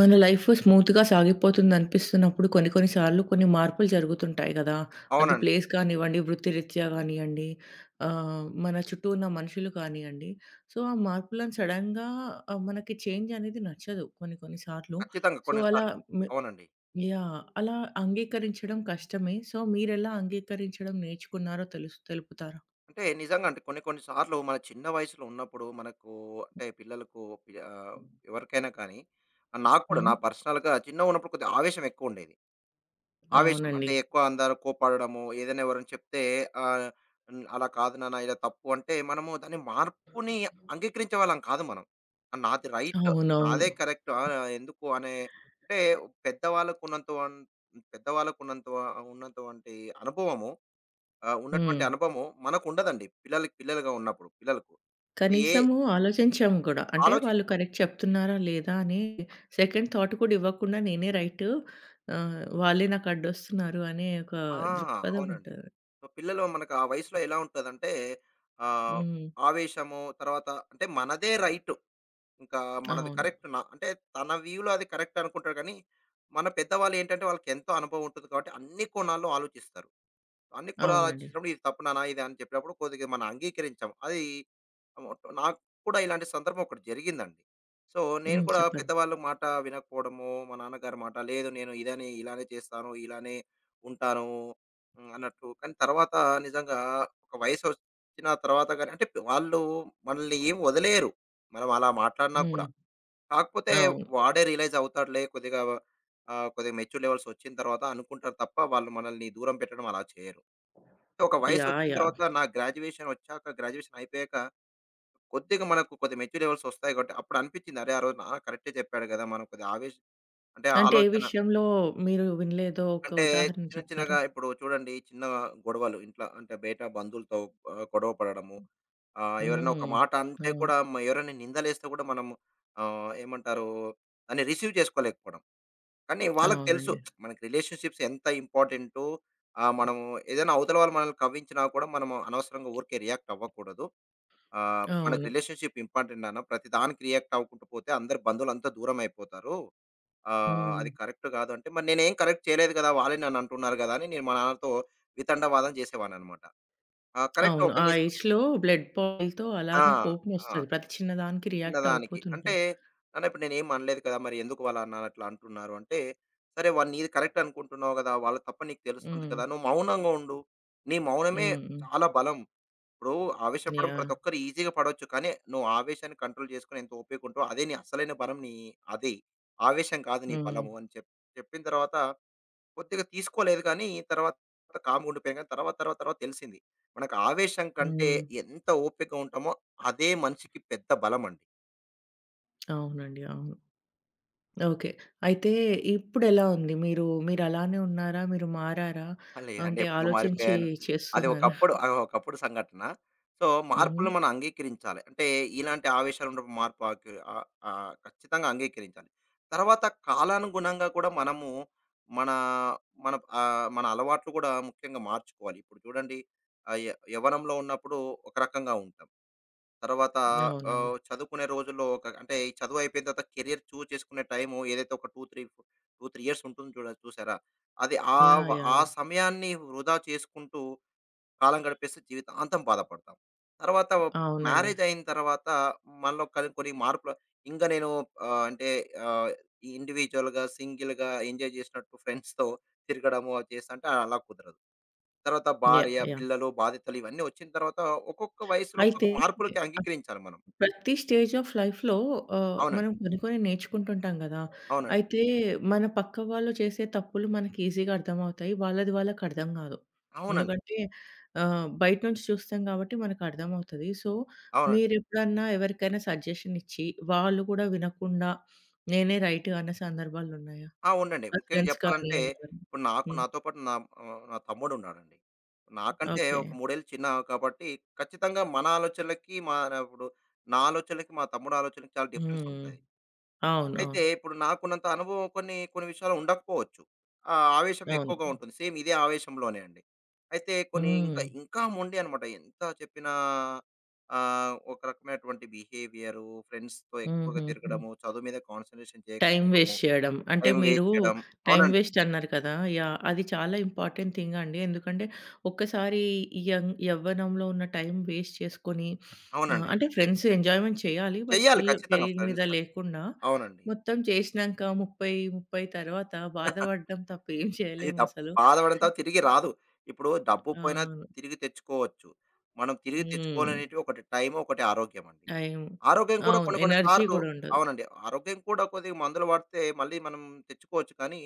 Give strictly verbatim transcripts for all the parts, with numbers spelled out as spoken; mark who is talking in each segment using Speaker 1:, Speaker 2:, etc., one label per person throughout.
Speaker 1: మన లైఫ్ స్మూత్‌గా సాగిపోతుందనిపిస్తున్నప్పుడు కొన్ని కొన్ని సార్లు కొన్ని మార్పులు జరుగుతుంటాయి గదా! అది
Speaker 2: అవునండి.
Speaker 1: ప్లేస్ కానివ్వండి, వృత్తిరీత్యా గానియండి, ఆహ్, మన చుట్టూ ఉన్న మనుషులు కానియండి. సో, ఆ మార్పులను సడెన్‌గా ఆహ్, మనకి చేంజ్ అనేది నచ్చదు కొన్ని కొన్ని సార్లు.
Speaker 2: ఖచ్చితంగా
Speaker 1: సో,
Speaker 2: కొన్ని
Speaker 1: అలా
Speaker 2: సార్లు.
Speaker 1: మి
Speaker 2: అవునండి.
Speaker 1: యాహ్! అలా అంగీకరించడం కష్టమే. సో, మీరెలా అంగీకరించడం నేర్చుకున్నారో తెలుసు తెలుపుతారా?
Speaker 2: అంటే నిజంగా అండి. కొన్ని కొన్ని సార్లు మన చిన్న వయసులో ఉన్నప్పుడు మనకు అంటే పిల్లలకు పి ఆహ్, ఎవరికైనా కానీ ఆ, నాకు కూడా
Speaker 1: హ్మ్.
Speaker 2: నా పర్సనల్‌గా చిన్నగున్నప్పుడు కొద్దిగా ఆవేశం ఎక్కువుండేది. ఆవేశం
Speaker 1: అవునండి.
Speaker 2: అంటే ఎక్కువ అందరూ కోప్పడడము, ఏదైనా ఎవరైనా చెప్తే ఆహ్, హ్మ్. అలా కాదు నాన్న ఇలా తప్పు అంటే మనము దాని మార్పుని అంగీకరించేవాళ్ళం కాదు మనం. "ఆ, నాది రైట్.
Speaker 1: అవునవును.
Speaker 2: నాదే కరెక్ట్. ఆ! ఎందుకు అనే అంటే పెద్దవాళ్ళకున్నంత వన్ పెద్దవాళ్ళకున్నంత ఉన్నంత ఉన్నంత వంటి అనుభవము ఆహ్, ఉన్నటువంటి
Speaker 1: హ్మ్.
Speaker 2: అనుభవం మనకుండదండి. పిల్లలకి పిల్లలుగా ఉన్నప్పుడు పిల్లలకు. ఏ
Speaker 1: కనీసము ఆలోచించాము గూడా. అంటే వాళ్ళు
Speaker 2: ఆలోచించరు.
Speaker 1: కరెక్ట్ చెప్తున్నారా? లేదా? అని సెకండ్ థాట్ కూడా ఇవ్వకుండా నేనే రైటు ఆహ్, వాళ్ళే నాకు అడ్డొస్తున్నారు అనే ఒక
Speaker 2: ఆ!
Speaker 1: దృక్పథం
Speaker 2: అవునండి.
Speaker 1: ఉంటది.
Speaker 2: సో, పిల్లలు మనకు ఆ వయసులో ఎలా ఉంటదంటే ఆహ్,
Speaker 1: హ్మ్.
Speaker 2: ఆవేశము తర్వాత అంటే మనదే రైట్. ఇంకా మనది
Speaker 1: అవును.
Speaker 2: కరెక్ట్ న అంటే తన వ్యూలో అది కరెక్ట్ అనుకుంటాడు కానీ, మన పెద్దవాళ్ళు ఏంటంటే వాళ్ళకి ఎంతో అనుభవం ఉంటుంది కాబట్టి అన్ని కోణాల్లో ఆలోచిస్తారు. అన్ని కులాలు
Speaker 1: అవునండి.
Speaker 2: వచ్చినప్పుడు ఇది తప్పు నాన్న ఇది అని చెప్పినప్పుడు కొద్దిగా మనం అంగీకరించాం. అది మొట్ట నాకు కూడా ఇలాంటి సందర్భం ఒకటి జరిగిందండి. సో, నేను
Speaker 1: హ్మ్.
Speaker 2: కూడా
Speaker 1: చెప్పండి.
Speaker 2: పెద్దవాళ్ళ మాట వినకపోవడము, మా నాన్నగారి మాట లేదు నేను ఇదని ఇలానే చేస్తాను, ఇలానే ఉంటాను హ్మ్, అన్నట్టు. కానీ తర్వాత నిజంగా ఒక వయసొచ్చిన తర్వాత గాని అంటే వాళ్ళు మనల్ని ఏం వదిలేయరు. మనం అలా మాట్లాడినా
Speaker 1: హ్మ్.
Speaker 2: కూడా. కాకపోతే
Speaker 1: అవును.
Speaker 2: వాడే రియలైజ్ అవుతాడులే కొద్దిగా ఆహ్, కొద్దిగా మెచ్యూర్ లెవెల్స్ వచ్చిన తర్వాత అనుకుంటారు తప్ప వాళ్ళు మనల్ని దూరం పెట్టడం అలా చేయరు. ఒక
Speaker 1: యాహ్!
Speaker 2: వయసొచ్చిన తర్వాత
Speaker 1: యాహ్!
Speaker 2: నా గ్రాడ్యుయేషన్ వచ్చాక, గ్రాడ్యుయేషన్ అయిపోయాక కొద్దిగా మనకు కొద్దిగా మెచ్యూర్ లెవెల్స్ ఒస్తాయి గాబట్టి, అప్పుడు అనిపిచ్చింది. అరే! ఆ రోజు నాన్న కరెక్టే చెప్పాడు గదా! మనం కొద్దిగా ఆవేశం అంటే అవును.
Speaker 1: అంటే ఏ
Speaker 2: ఆలోచన
Speaker 1: విషయంలో మీరు వినలేదో ఒక
Speaker 2: అంటే
Speaker 1: ఉదాహరణ
Speaker 2: చిన్న
Speaker 1: చెప్తారా?
Speaker 2: చిన్నగా ఇప్పుడు చూడండి చిన్న గొడవలు ఇంట్ల అంటే బయట బంధువులతో ఆహ్, గొడవ పడడము. ఆహ్, ఎవరైనా ఒక
Speaker 1: హ్మ్.
Speaker 2: మాట అంటే
Speaker 1: అవును.
Speaker 2: కూడా మ ఎవరైనా నిందలేస్తే గూడా మనము ఆహ్, ఏమంటారు దాన్ని రిసీవ్ చేసుకోలేకపోవడం. కానీ వాళ్ళకి తెలుసు
Speaker 1: అవునండి.
Speaker 2: మనకి రిలేషన్‌షిప్స్ ఎంత ఇంపార్టెంటో ఆహ్, మనము ఏదైనా అవతల వాళ్ళు మనల్ని కవ్వించినా కూడా మనము అనవసరంగా ఊరికే రియాక్ట్ అవ్వకూడదు. ఆహ్, మనకు
Speaker 1: అవును.
Speaker 2: రిలేషన్‌షిప్ ఇంపార్టెంట్ నాన్న. ప్రతిదానికి రియాక్ట్ అవ్వకుంటూ పోతే అందరు బంధువులంతా దూరం అయిపోతారు. ఆహ్,
Speaker 1: హ్మ్.
Speaker 2: అది కరెక్ట్ కాదు అంటే, మరి నేనేం కరెక్ట్ చేయలేదు కదా! వాళ్ళే నన్ను అంటున్నారు కదా! అని నేను మా నాన్నతో వితండవాదం చేసేవాడినన్నమాట. ఆ! కరెక్ట్
Speaker 1: అవును. ఆ
Speaker 2: ఒకరిని
Speaker 1: ఏజ్‌లో బ్లడ్ బాయిల్‌తో
Speaker 2: ఆ!
Speaker 1: అలానే
Speaker 2: ఆ!
Speaker 1: కోపమొస్తది. ప్రతి చిన్నదానికి రియాక్ట్
Speaker 2: చిన్నదానికి. అంటే,
Speaker 1: అయిపోతుంటాం.
Speaker 2: "నాన్న ఇప్పుడు నేనేం అనలేదు కదా! మరి ఎందుకు వాళ్ళ నాన్న అట్లా అంటున్నారు?" అంటే, "సరే వాళ్ళు నీది కరెక్ట్ అనుకుంటున్నావు కదా! వాళ్ళ తప్పు నీకు తెలుస్తుంది
Speaker 1: హ్మ్.
Speaker 2: కదా! నువ్వు మౌనంగా ఉండు. నీ మౌనమే
Speaker 1: హ్మ్. హ్మ్.
Speaker 2: చాలా బలం." ఇప్పుడు ఆవేశపడడం
Speaker 1: యాహ్!
Speaker 2: ప్రతి ఒక్కరు ఈజీగా పడవచ్చు. కానీ నువ్వు ఆవేశాన్ని కంట్రోల్ చేసుకొని ఎంత ఓపిక ఉంటవో అదే నీ అసలైన బలం నీ అది. ఆవేశం కాదు నీ
Speaker 1: హ్మ్.
Speaker 2: బలము అని చెప్ చెప్పిన తర్వాత కొద్దిగా తీసుకోలేదు కానీ తర్వాత కామ్‌గా ఉండిపోయాను కానీ తర్వాత తర్వాత తర్వాత తెలిసింది. మనకు ఆవేశం కంటే
Speaker 1: హ్మ్.
Speaker 2: ఎంత ఓపికగా ఉంటామో అదే మనిషికి పెద్ద బలమండి.
Speaker 1: అవునండి. అవును. ఓకే. అయితే ఇప్పుడెలా ఉంది? మీరు మీరలానే ఉన్నారా? మీరు మారారా?
Speaker 2: ఆ! లేదండి.
Speaker 1: అంటే
Speaker 2: ఎప్పుడో
Speaker 1: ఆలోచించి
Speaker 2: మారిపోయాను. అది
Speaker 1: చేస్తున్నారా?
Speaker 2: ఒకప్పుడు ఆహ్, ఒకప్పుడు సంఘటన. సో,
Speaker 1: హుహు.
Speaker 2: మార్పులను మనం అంగీకరించాలి. అంటే ఇలాంటి ఆవేశాలు ఉన్నప్పుడు మార్పు ఆకి ఆహ్, ఆహ్, ఖచ్చితంగా అంగీకరించాలి. తర్వాత కాలానుగుణంగా కూడా మనము మన మన ఆహ్, మన అలవాట్లు కూడా ముఖ్యంగా మార్చుకోవాలి. ఇప్పుడు చూడండి ఆహ్, య యవ్వనంలో ఉన్నప్పుడు ఒక రకంగా ఉంటాం. తర్వాత
Speaker 1: అవునండి.
Speaker 2: ఆహ్, చదువుకునే రోజుల్లో ఒక అంటే ఈ చదువు అయిపోయిన తర్వాత కెరియర్ చూజ్ చేసుకునే టైము ఏదైతే ఒక రెండు, మూడు, రెండు, మూడు ఇయర్స్ ఉంటుంది చూడ చూసారా? అది ఆ వ
Speaker 1: యాహ్! యాహ్!
Speaker 2: ఆ
Speaker 1: యాహ్!
Speaker 2: సమయాన్ని వృధా చేసుకుంటూ కాలం గడిపేస్తే జీవితాంతం బాధపడతాం. తర్వాత
Speaker 1: అవునండి.
Speaker 2: మ్యారేజ్ అయిన తర్వాత మనలో కలి కొన్ని మార్పులు ఇంగా నేను ఆహ్, అంటే ఆహ్, ఇండివిడ్యుయల్‌గా, సింగిల్‌గా ఎంజాయ్ చేసినట్టు ఫ్రెండ్స్‌తో తిరగడము అది చేస్తా అంటే అలా కుదరదు. తర్వాత
Speaker 1: యాహ్!
Speaker 2: భార్య,
Speaker 1: యాహ్!
Speaker 2: పిల్లలు, బాధ్యతలు ఇవన్నీ వచ్చిన తర్వాత ఒక్కొక్క వయసులో ఒక్కొక్క
Speaker 1: అయితే
Speaker 2: మార్పులకి అంగీకరించాలి మనం.
Speaker 1: ప్రతి స్టేజ్ ఆఫ్ లైఫ్‌లో ఆహ్,
Speaker 2: అవునండి.
Speaker 1: మనం కొన్ని కొన్ని నేర్చుకుంటుంటాం గదా!
Speaker 2: అవునండి.
Speaker 1: అయితే మన పక్క వాళ్ళు చేసే తప్పులు మనకి ఈజీగా అర్థమవుతాయి. వాళ్ళది వాళ్ళకి అర్థం గాదు.
Speaker 2: అవునండి.
Speaker 1: ఎందుకంటే ఆహ్, బయట నుంచి చూస్తాం కాబట్టి మనకు అర్థమవుతది. సో,
Speaker 2: అవునండి.
Speaker 1: మీరెప్పుడన్నా ఎవరికైనా సజెషన్ ఇచ్చి, వాళ్ళు గూడా వినకుండా నేనే రైట్ అన్న సందర్భాలున్నాయా?
Speaker 2: ఆ! ఉండండి.
Speaker 1: అది
Speaker 2: ముఖ్యంగా
Speaker 1: ఫ్రెండ్స్
Speaker 2: చెప్పాలంటే,
Speaker 1: కానియ్యండి ఎవరైనా?
Speaker 2: ఇప్పుడు నాకు
Speaker 1: హ్మ్.
Speaker 2: నాతో పాటు నా ఆహ్, నా తమ్ముడున్నాడండి. నాకంటే
Speaker 1: ఓకే.
Speaker 2: ఒక మూడు ఏళ్ళు చిన్న కాబట్టి, ఖచ్చితంగా మన ఆలోచనలకి మన ఇప్పుడు నా ఆలోచనలకి, మా తమ్ముడు ఆలోచనలకి చాలా డిఫరెన్స్
Speaker 1: హ్మ్.
Speaker 2: ఉంటాయి.
Speaker 1: అవును. అవును.
Speaker 2: అయితే ఇప్పుడు నాకున్నంత అనుభవం కొన్ని, కొన్ని విషయాల్లో ఉండకపోవచ్చు. ఆహ్, ఆవేశం
Speaker 1: అవును.
Speaker 2: ఎక్కువగా ఉంటుంది. సేమ్ ఇదే ఆవేశంలోనే అండి. అయితే కొన్ని ఇంకా,
Speaker 1: హ్మ్.
Speaker 2: ఇంకా మొండి అనమాట. ఎంత చెప్పినా ఆహ్, ఒక రకమైనటువంటి బిహేవియరు, ఫ్రెండ్స్‌తో ఎక్కువగా
Speaker 1: హుహుహు.
Speaker 2: తిరగడము, చదువు మీద కాన్సంట్రేషన్
Speaker 1: టైం
Speaker 2: చేయకపోవడము,
Speaker 1: వేస్ట్ చేయడం. అంటే
Speaker 2: టైం
Speaker 1: మీరు
Speaker 2: వేస్ట్ చేయడం.
Speaker 1: టైం
Speaker 2: అవునండి.
Speaker 1: వేస్ట్ అన్నారు కదా! యాహ్! అది చాలా ఇంపార్టెంట్ థింగ్ అండి. ఎందుకంటే ఒక్కసారి ఈ యంగ్ యవ్వనంలో ఉన్న టైం వేస్ట్ చేసుకొని ఆహ్,
Speaker 2: అవునండి.
Speaker 1: అంటే ఫ్రెండ్స్ ఎంజాయ్‌మెంట్ చేయాలి. బట్
Speaker 2: చెయ్యాలి
Speaker 1: స్టిల్
Speaker 2: ఖచ్చితంగా
Speaker 1: కెరీర్ మీద
Speaker 2: ఫ్రెండ్స్‌తో.
Speaker 1: లేకుండా
Speaker 2: అవునండి.
Speaker 1: మొత్తం చేసినంక ముప్పై, ముప్పై తర్వాత బాధపడడం తప్ప ఏం
Speaker 2: అది తప్
Speaker 1: చేయలేమసలు.
Speaker 2: బాధపడిన
Speaker 1: హ్మ్.
Speaker 2: తర్వాత తిరిగి రాదు. ఇప్పుడు డబ్బు
Speaker 1: హ్మ్.
Speaker 2: పోయినా
Speaker 1: అవును.
Speaker 2: తిరిగి తెచ్చుకోవచ్చు. మనం తిరిగి
Speaker 1: హ్మ్.
Speaker 2: తెచ్చుకోలేనిటివి ఒకటి టైము, ఒకటి ఆరోగ్యం అండి.
Speaker 1: టైం
Speaker 2: ఆరోగ్యం కూడా
Speaker 1: అవును.
Speaker 2: కొన్ని కొన్ని
Speaker 1: ఎనర్జీ
Speaker 2: సార్లు
Speaker 1: గూడా ఉండదు.
Speaker 2: అవునండి. ఆరోగ్యం కూడా కొద్దిగా మందులు వాడితే మళ్ళీ మనం తెచ్చుకోవచ్చు. కానీ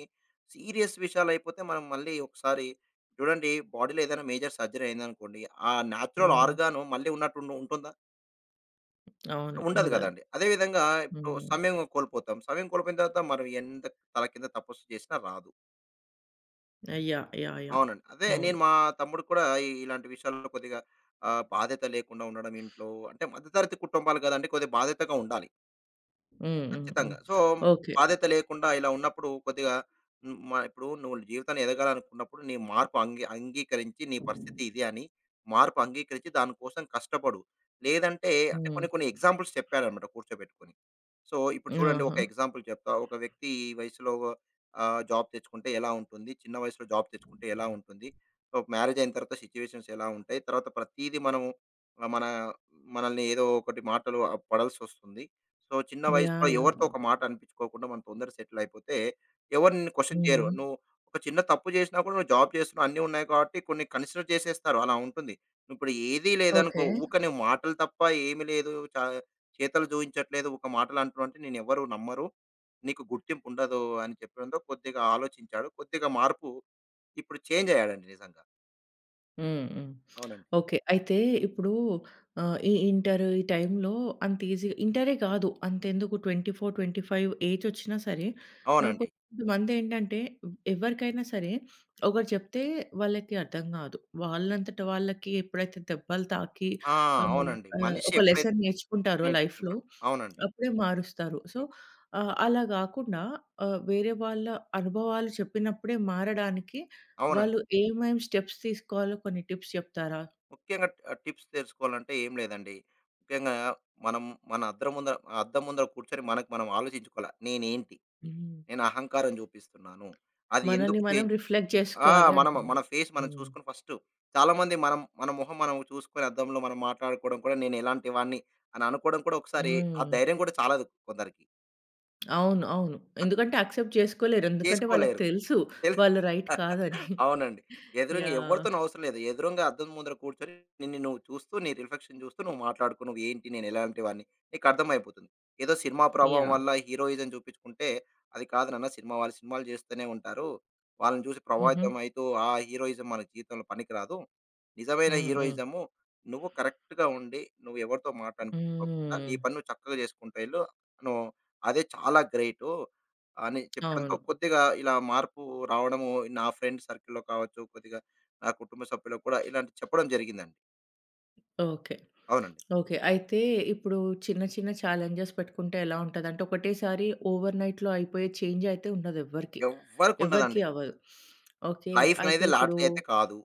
Speaker 2: సీరియస్ విషయాలైపోతే మనం మళ్ళీ ఒకసారి చూడండి బాడీలో ఏదైనా మేజర్ సర్జరీ అయిందనుకోండి. ఆ నేచురల్
Speaker 1: హ్మ్.
Speaker 2: ఆర్గాను మళ్ళీ ఉన్నట్టు ఉండు ఉంటుందా?
Speaker 1: అవును.
Speaker 2: ఉండదు
Speaker 1: ఉండదు.
Speaker 2: గదండీ. అదే విధంగా ఇప్పుడు
Speaker 1: హ్మ్.
Speaker 2: సమయం కోల్పోతాం. సమయం కోల్పోయిన తర్వాత మనం ఎంత తల కింద తపస్సు చేసినా రాదు.
Speaker 1: యాహ్! యాహ్! యాహ్!
Speaker 2: అవునండి. అదే నేను
Speaker 1: అవును.
Speaker 2: మా తమ్ముడు కూడా ఈ- ఇలాంటి విషయాల్లో కొద్దిగా ఆహ్, బాధ్యత లేకుండా ఉండడం ఇంట్లో అంటే మధ్యతరగతి కుటుంబాలు గదండీ! కొద్దిగా బాధ్యతగా ఉండాలి.
Speaker 1: హ్మ్. హ్మ్. హ్మ్.
Speaker 2: ఖచ్చితంగా. So,
Speaker 1: okay.
Speaker 2: బాధ్యత లేకుండా ఇలా ఉన్నప్పుడు కొద్దిగా హ్మ్. మ ఇప్పుడు నువ్వు జీవితాన్ని ఎదగాలనుకున్నప్పుడు నీ మార్పు అంగీ అంగీకరించి నీ పరిస్థితి ఇది అని మార్పు అంగీకరించి దానికోసం కష్టపడు. లేదంటే అంటే
Speaker 1: హ్మ్.
Speaker 2: కొన్ని కొన్ని ఎగ్జాంపుల్స్ చెప్పాడన్నమాట కూర్చోబెట్టుకొని. సో, ఇప్పుడు చూడండి ఒక
Speaker 1: ఆహా!
Speaker 2: ఎగ్జాంపుల్ చెప్తా. ఒక వ్యక్తి ఈ వయసులో ఆహ్, జాబ్ తెచ్చుకుంటే ఎలా ఉంటుంది? చిన్న వయసులో జాబ్ తెచ్చుకుంటే ఎలా ఉంటుంది? సో, మ్యారేజ్ అయిన తర్వాత సిట్యుయేషన్స్ ఎలా ఉంటాయి? తర్వాత ప్రతీదీ మనము ఆ, మన మనల్ని ఏదో ఒకటి మాటలు ఆహ్, పడాల్సొస్తుంది. సో, చిన్న వయసులో
Speaker 1: యాహ్! యాహ్!
Speaker 2: ఎవరితో ఒక మాట అనిపించుకోకుండా మనం తొందరగా సెటిల్ అయిపోతే, ఎవరు నిన్ను క్వెషన్ చేయరు.
Speaker 1: హ్మ్.
Speaker 2: నువ్వు ఒక చిన్న తప్పు చేసినా కూడా నువ్వు జాబ్ చేస్తున్నావు, అన్నీ ఉన్నాయి కాబట్టి కొన్ని కన్సిడర్ చేసేస్తారు. అలా ఉంటుంది. నువ్వు ఇప్పుడు ఏదీ లేదనుకో,
Speaker 1: ఓకే.
Speaker 2: ఊకనే మాటలు తప్ప ఏమి లేదు. చ చేతలు చూయించట్లేదు. ఒక మాటలు అంటున్నావంటే నిన్నెవ్వరు నమ్మరు. నీకు గుర్తింపు ఉండదు అని చెప్పడంతో కొద్దిగా ఆలోచించాడు. కొద్దిగా మార్పు ఇప్పుడు చేంజ్ అయ్యాడండి నిజంగా.
Speaker 1: హ్మ్. హ్మ్.
Speaker 2: అవునండి.
Speaker 1: ఓకే. అయితే ఇప్పుడు ఆహ్, ఈ ఇంటర్ ఈ టైంలో అంత ఈజీగా ఇంటరే కాదు అంతెందుకు ఇరవై నాలుగు, ఇరవై ఐదు ఏజొచ్చినా సరే ఆహ్,
Speaker 2: అవునండి.
Speaker 1: కొంతమందేంటంటే ఎవరికైనా సరే ఒకటి చెప్తే వాళ్ళకి అర్థం కాదు. వాళ్ళంతట వాళ్ళకి ఎప్పుడైతే దెబ్బలు తాకి
Speaker 2: ఆ!
Speaker 1: ఆహ్,
Speaker 2: అవునండి.
Speaker 1: ఆహ్,
Speaker 2: మనిషి
Speaker 1: ఒక
Speaker 2: ఎప్పుడైతే
Speaker 1: లెసన్ నేర్చుకుంటారో లైఫ్‌లో
Speaker 2: నేర్చుకుంటాడో అవునండి.
Speaker 1: అప్పుడే మారుస్తారు. సో, ఆహ్, అలా గాకుండా ఆహ్, వేరే వాళ్ళ అనుభవాలు చెప్పినప్పుడే మారడానికి
Speaker 2: అవునండి.
Speaker 1: వాళ్ళు ఏమేం స్టెప్స్ తీసుకోవాలో కొన్ని టిప్స్ చెప్తారా?
Speaker 2: ముఖ్యంగా ట టిప్స్ తెలుసుకోవాలంటే ఏం లేదండి. ముఖ్యంగా మనం మన అద్దం ముందర అద్దం ముందర కూర్చొని మనకు మనం ఆలోచించుకోవాల. నేనేంటి?
Speaker 1: హ్మ్.
Speaker 2: నేను అహంకారం చూపిస్తున్నాను. అది
Speaker 1: మనల్ని
Speaker 2: ఎందుకు
Speaker 1: మనం
Speaker 2: చేంజ్
Speaker 1: రిఫ్లెక్ట్
Speaker 2: ఆ!
Speaker 1: జేసుకోవాలి
Speaker 2: మనం మన
Speaker 1: అంటున్నారు.
Speaker 2: ఫేస్ మనం
Speaker 1: హ్మ్.
Speaker 2: చూసుకొని ఫస్టు చాలామంది మనం మన మొహం మనం చూసుకొని అద్దంలో మనం మాట్లాడుకోవడం కూడా నేను ఎలాంటి వాడిని అని అనుకోవడం కూడా ఒకసారి ఆ
Speaker 1: హ్మ్.
Speaker 2: ధైర్యం కూడా చాలదు కొందరికి.
Speaker 1: అవును. అవును. ఎందుకంటే యాక్సెప్ట్ చేసుకోలేరు. ఎందుకంటే వాళ్ళకి
Speaker 2: చేసుకోలేరు.
Speaker 1: తెలుసు
Speaker 2: తెల్
Speaker 1: వాళ్ళు రైట్ కాదని.
Speaker 2: అవునండి. ఎదురుంగా
Speaker 1: యాహ్!
Speaker 2: ఎవరితోనూ అవసరం లేదు. ఎదురుంగా అద్దం ముందర కూర్చొని నిన్ను నువ్వు చూస్తూ, నీ రిఫ్లెక్షన్ చూస్తూ నువ్వు మాట్లాడుకో. నువ్వేంటి? నేనెలాంటి వాడిని? నీకర్థమైపోతుంది. ఏదో సినిమా ప్రభావం
Speaker 1: యాహ్!
Speaker 2: వల్ల హీరోయిజం చూపించుకుంటే, అది కాదు నాన్న సినిమా. వాళ్ళు సినిమాలు చేస్తూనే ఉంటారు. వాళ్ళని చూసి
Speaker 1: హుహు.
Speaker 2: ప్రభావితం అయితూ, ఆ హీరోయిజం మన జీవితంలో పనికిరాదు. నిజమైన
Speaker 1: హ్మ్. హ్మ్.
Speaker 2: హీరోయిజము నువ్వు కరెక్ట్‌గా ఉండి, నువ్వు ఎవరితో మాట్లాడుకోకుండా, నీ
Speaker 1: హ్మ్.
Speaker 2: పని నువ్వు చక్కగా చేసుకుంటూ ఎళ్ళు. నువ్వు అదే చాలా గ్రేటు. అని చెప్పడంతో
Speaker 1: అవును.
Speaker 2: కొద్దిగా ఇలా మార్పు రావడము నా ఫ్రెండ్ సర్కిల్‌లో కావచ్చు, కొద్దిగా నా కుటుంబ సభ్యులకు కూడా ఇలాంటి చెప్పడం జరిగిందండి.
Speaker 1: ఓకే.
Speaker 2: అవునండి.
Speaker 1: ఓకే. అయితే ఇప్పుడు చిన్న చిన్న ఛాలెంజెస్ పెట్టుకుంటే ఎలా ఉంటదంటే, ఒకటేసారి ఓవర్‌నైట్‌లో అయిపోయే చేంజ్ అయితే ఉండదెవ్వరికీ.
Speaker 2: ఎవ్వరికి
Speaker 1: ఎవ్వరికీ
Speaker 2: ఉండదండి.
Speaker 1: అవ్వదు. ఓకే.
Speaker 2: లైఫ్
Speaker 1: అయితే
Speaker 2: అనేది
Speaker 1: ఇప్పుడు
Speaker 2: లాటరీ అయితే కాదు.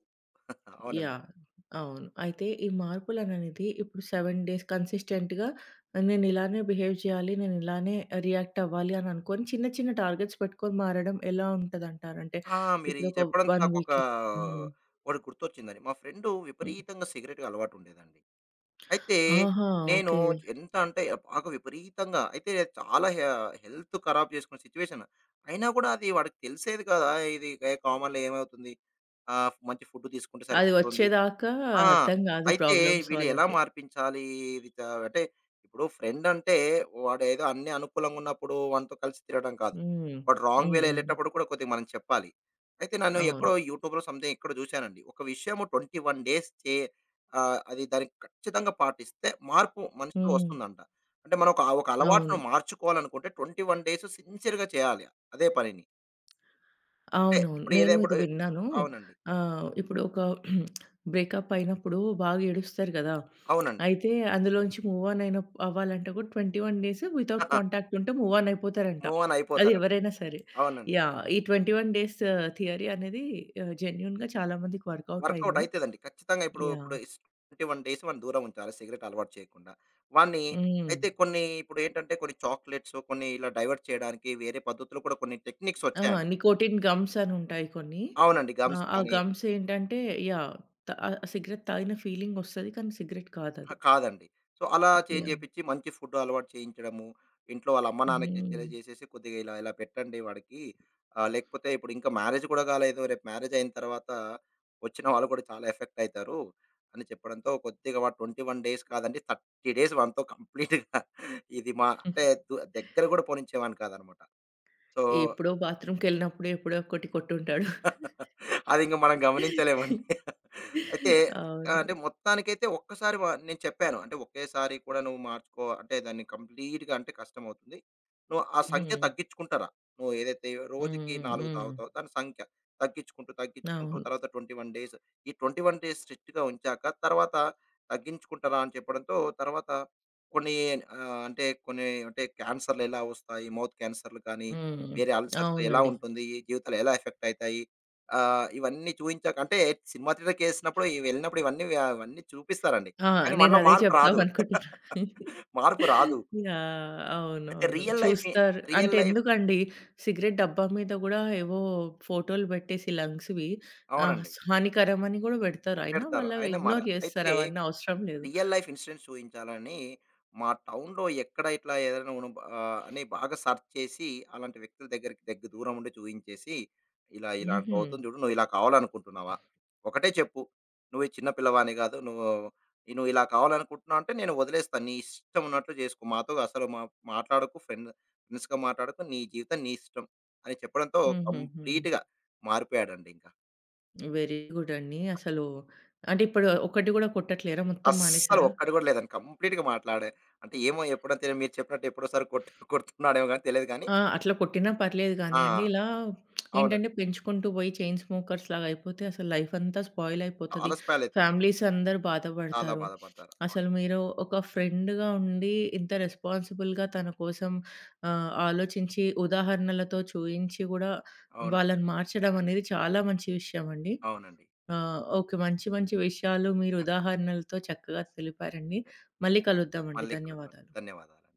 Speaker 2: అవునండి.
Speaker 1: యాహ్! అవును. అయితే ఈ మార్పులననేది ఇప్పుడు ఏడు డేస్ కన్సిస్టెంట్‌గా నేనిలానే బిహేవ్ చేయాలి, నేనిలానే రియాక్ట్ అవ్వాలి అని అనుకోని చిన్న చిన్న టార్గెట్స్ పెట్టుకొని మారడం ఎలా ఉంటదంటారు? అంటే
Speaker 2: ఆ! మీరు ఈ
Speaker 1: ఇప్పుడొక
Speaker 2: చెప్పడంతో
Speaker 1: ఒక
Speaker 2: నాకొక
Speaker 1: వీక్‌కి హ్మ్.
Speaker 2: ఒకటి గుర్తొచ్చిందండి. మా ఫ్రెండు
Speaker 1: హ్మ్.
Speaker 2: విపరీతంగా సిగరెట్‌కి అలవాటుండేదండి. అయితే
Speaker 1: ఆహా!
Speaker 2: నేను
Speaker 1: ఓకే.
Speaker 2: ఎంత అంటే బాగా విపరీతంగా అయితే చాలా హె హెల్త్ ఖరాబ్ చేసుకున్న సిచ్యువేషన్. అయినా కూడా అది వాడికి తెలిసేది కదా! ఇది ఏ కామన్‌లో ఏమవుతుంది? ఆహ్, మంచి ఫుడ్ తీసుకుంటే
Speaker 1: అది
Speaker 2: సరిపోతుంది.
Speaker 1: వచ్చేదాకా
Speaker 2: ఆ!
Speaker 1: అర్థం కాదు
Speaker 2: అయితే
Speaker 1: ప్రాబ్లమ్స్
Speaker 2: వీళ్ళు ఎలా
Speaker 1: వాళ్ళకి.
Speaker 2: మార్పించాలి? ఇది త అంటే ఇప్పుడు ఫ్రెండ్ అంటే వాడేదో అన్ని అనుకూలంగా ఉన్నప్పుడు వానితో కలిసి తిరగడం కాదు.
Speaker 1: హ్మ్.
Speaker 2: వాడు రాంగ్
Speaker 1: హ్మ్.
Speaker 2: వేలో
Speaker 1: హ్మ్.
Speaker 2: ఎళ్ళేటప్పుడు కూడా కొద్దిగా మనం చెప్పాలి. అయితే నన్ను
Speaker 1: అవును.
Speaker 2: ఎక్కడో యూట్యూబ్‌లో సంథింగ్ ఎక్కడో చూశానండి. ఒక విషయము ఇరవై ఒక్క డేస్ చే ఆహ్, అది దానికి ఖచ్చితంగా పాటిస్తే మార్పు మనిషిలో
Speaker 1: హ్మ్.
Speaker 2: వస్తుందంట. అంటే మనం ఒక ఒక
Speaker 1: అవును.
Speaker 2: అలవాటును మార్చుకోవాలనుకుంటే ఇరవై ఒక్క డేస్ సిన్సియర్‌గా చేయాలి అదే పనిని. అంటే
Speaker 1: అవునవును.
Speaker 2: ఇప్పుడు ఏదో
Speaker 1: నేను
Speaker 2: ఇప్పుడు
Speaker 1: ఇది విన్నాను.
Speaker 2: అవునండి.
Speaker 1: ఆహ్, ఇప్పుడు ఒక బ్రేకప్ అయినప్పుడు బాగా ఏడుస్తారు కదా!
Speaker 2: అవునండి.
Speaker 1: అయితే అందులోంచి మూవ్ ఆన్ అయిన అవ్వాలంటే కూడా ఇరవై ఒకటి డేస్ వితౌట్ కాంటాక్ట్ ఉంటే మూవ్ ఆన్ అయిపోతారంట.
Speaker 2: మూవ్ ఆన్
Speaker 1: అది
Speaker 2: అయిపోతారట.
Speaker 1: ఎవరైనా సరే.
Speaker 2: అవునండి.
Speaker 1: యాహ్! ఈ ఇరవై ఒకటి డేస్ థియరీ అనేది ఆహ్, జెన్యూన్‌గా చాలా మందికి వర్కౌట్
Speaker 2: వర్కౌట్
Speaker 1: అయింది.
Speaker 2: అయితదండి. ఖచ్చితంగా ఇప్పుడు,
Speaker 1: యాహ్!
Speaker 2: ఇప్పుడు ఇస్ ఇరవై ఒక్క డేస్ వాడిని దూరం ఉంచాలి సిగరెట్ అలవాటు చేయకుండా. వాడిని
Speaker 1: హ్మ్.
Speaker 2: అయితే కొన్ని ఇప్పుడేంటంటే కొన్ని చాక్లేట్స్, కొన్ని ఇలా డైవర్ట్ చేయడానికి వేరే పద్ధతులు కూడా కొన్ని టెక్నిక్స్
Speaker 1: ఆ!
Speaker 2: వచ్చాయండి.
Speaker 1: నికోటిన్ గమ్స్ అని ఉంటాయి కొన్ని.
Speaker 2: అవునండి. గమ్స్
Speaker 1: ఆహ్, ఆ
Speaker 2: కానీ
Speaker 1: గమ్స్ ఏంటంటే యాహ్! త ఆహ్, సిగరెట్ తాగిన ఫీలింగ్ వస్తది. కానీ సిగరెట్
Speaker 2: ఆ!
Speaker 1: కాదది.
Speaker 2: కాదండి. సో, అలా చేంజ్
Speaker 1: యాహ్!
Speaker 2: చేపిచ్చి మంచి ఫుడ్ అలవాటు చేయించడము. ఇంట్లో వాళ్ళ అమ్మ నాన్నకి
Speaker 1: హ్మ్.
Speaker 2: తెలియజేసేసి కొద్దిగా ఇలా ఇలా పెట్టండి వాడికి. ఆహ్, లేకపోతే ఇప్పుడు ఇంకా మ్యారేజ్ కూడా కాలేదు. రేపు మ్యారేజ్ అయిన తర్వాత వచ్చిన వాళ్ళు కూడా చాలా ఎఫెక్ట్ అయితారు. అని చెప్పడంతో కొద్దిగా వాడు ఇరవై ఒక్క డేస్ కాదండి ముప్పై డేస్ వానితో కంప్లీట్‌గా ఇది మా అంటే దు దగ్గర కూడా పోనిచ్చేవాడిని కాదనమాట. సో
Speaker 1: ఎప్పుడో బాత్రూమ్‌కెళ్ళినప్పుడు ఎప్పుడో ఒకటి కొట్టుంటాడు.
Speaker 2: అది ఇంక మనం గమనించలేమండి. అయితే ఆహ్,
Speaker 1: అవును.
Speaker 2: అంటే మొత్తానికైతే ఒక్కసారి వ నేను చెప్పాను. అంటే ఒకేసారి కూడా నువ్వు మార్చుకో అంటే దాన్ని కంప్లీట్‌గా అంటే కష్టమవుతుంది. నువ్వు ఆ సంఖ్య
Speaker 1: హ్మ్.
Speaker 2: తగ్గించుకుంటారా? నువ్వు ఏదైతే రోజుకి
Speaker 1: హ్మ్.
Speaker 2: నాలుగు
Speaker 1: హ్మ్.
Speaker 2: తాగుతావో దాని సంఖ్య తగ్గించుకుంటూ, తగ్గించుకుంటూ
Speaker 1: అవును.
Speaker 2: తర్వాత ఇరవై ఒక్క డేస్ ఈ ఇరవై ఒక్క డేస్ స్ట్రిక్ట్‌గా ఉంచాక తర్వాత తగ్గించుకుంటారా అని చెప్పడంతో తర్వాత కొన్ని ఆహ్, అంటే కొన్ని అంటే క్యాన్సర్‌లు ఎలా వస్తాయి? మౌత్ క్యాన్సర్‌లు కానీ,
Speaker 1: హ్మ్.
Speaker 2: వేరే అల్సర్స్ ఎలా
Speaker 1: అవునండి.
Speaker 2: ఉంటుంది? ఈ జీవితాలు ఎలా ఎఫెక్ట్ అయితాయి? ఆహ్, ఇవన్నీ చూయించాక అంటే సినిమా థియేటర్‌కేసినప్పుడు ఇ వెళ్ళినప్పుడు ఇవన్నీ వ అవన్నీ చూపిస్తారండి.
Speaker 1: ఆ!
Speaker 2: కానీ మనలో
Speaker 1: నేనదే
Speaker 2: మార్పు రాదు.
Speaker 1: చెప్దామనుకుంటున్నా.
Speaker 2: మార్పు రాదు.
Speaker 1: యాహ్!
Speaker 2: అయితే
Speaker 1: అవునవును.
Speaker 2: రియల్ లైఫ్‌ని
Speaker 1: చూస్తారు.
Speaker 2: రియల్
Speaker 1: అంటే
Speaker 2: లైఫ్
Speaker 1: ఎందుకండి సిగరెట్ డబ్బా మీద గూడా ఏవో ఫోటోలు బెట్టేసి లంగ్స్‌వి ఆహ్,
Speaker 2: అవునండి.
Speaker 1: స్ హానికరమని గూడా బెడతారు. అయినా
Speaker 2: పెడతారు.
Speaker 1: వాళ్ళు
Speaker 2: అయినా మార
Speaker 1: ఇగ్నోర్ జేస్తారు.
Speaker 2: అయితే
Speaker 1: అవన్నీ అవసరం లేదు.
Speaker 2: రియల్ లైఫ్ ఇన్సిడెంట్స్ ఊహించాలని మా టౌన్‌లో ఎక్కడ ఇట్లా ఏదైనా ఉను ఆహ్, అని బాగా సెర్చ్ చేసి, అలాంటి వ్యక్తుల దగ్గరికి దగ్గర దూరం ఉండి చూయించేసి, ఇలా
Speaker 1: హుహు.
Speaker 2: ఇలాంటివవుతుంది చూడు, నువ్వు ఇలా కావాలనుకుంటున్నావా? ఒకటే చెప్పు. నువ్వు ఈ చిన్న పిల్లవాని కాదు. నువ్వు నువ్వు ఇలా కావాలనుకుంటున్నావు అంటే నేను వదిలేస్తాను. నీ ఇష్టం ఉన్నట్లు చేసుకో. మాతో అసలు మా మాట్లాడకు. ఫ్రెండ్ ఫ్రెండ్స్‌గా మాట్లాడకు. నీ జీవితం నీ ఇష్టం అని చెప్పడంతో
Speaker 1: హుహుహు.
Speaker 2: కంప్లీట్‌గా మారిపోయాడండి ఇంక.
Speaker 1: వెరీ గుడ్ అండి. అసలు అంటే ఇప్పుడు ఒకటి గూడా కొట్టట్లేరా? మొత్తం
Speaker 2: అస్సలు
Speaker 1: మానేసారా?
Speaker 2: ఒక్కటి కూడా లేదండి. కంప్లీట్‌గా మాట్లాడే అంటే ఏమో ఎప్పుడో తెలీదు మీరు చెప్పినట్టు ఎప్పుడోసారి కొట్ కొడుతున్నాడేమో గాని తెలీదు గానీ
Speaker 1: ఆ! అట్లా కొట్టినా పర్లేదు గానీయండి.
Speaker 2: ఆ!
Speaker 1: ఇలా
Speaker 2: అవునండి.
Speaker 1: ఏంటంటే పెంచుకుంటూ పోయి చైన్ స్మోకర్స్‌లాగా అయిపోతే అసలు లైఫ్ అంతా స్పాయిల్ అయిపోతది.
Speaker 2: చాలా స్పాయిలయితుంది.
Speaker 1: ఫ్యామిలీస్ అందరూ
Speaker 2: చాలా
Speaker 1: బాధపడతారు.
Speaker 2: బాధపడ్డారు.
Speaker 1: అసలు మీరు ఒక ఫ్రెండ్‌గా ఉండి ఇంత రెస్పాన్సిబుల్‌గా తన కోసం ఆహ్, ఆలోచించి ఉదాహరణలతో చూయించి గూడా
Speaker 2: అవునండి.
Speaker 1: వాళ్ళని మార్చడం అనేది చాలా మంచి విషయం అండి.
Speaker 2: అవునండి.
Speaker 1: ఆహ్, ఓకే. మంచి మంచి విషయాలు మీరు ఉదాహరణలతో చక్కగా తెలిపారండి. మళ్ళీ కలుద్దామండి.
Speaker 2: మళ్ళీ కలుద్దాం.
Speaker 1: ధన్యవాదాలు.
Speaker 2: ధన్యవాదాలు.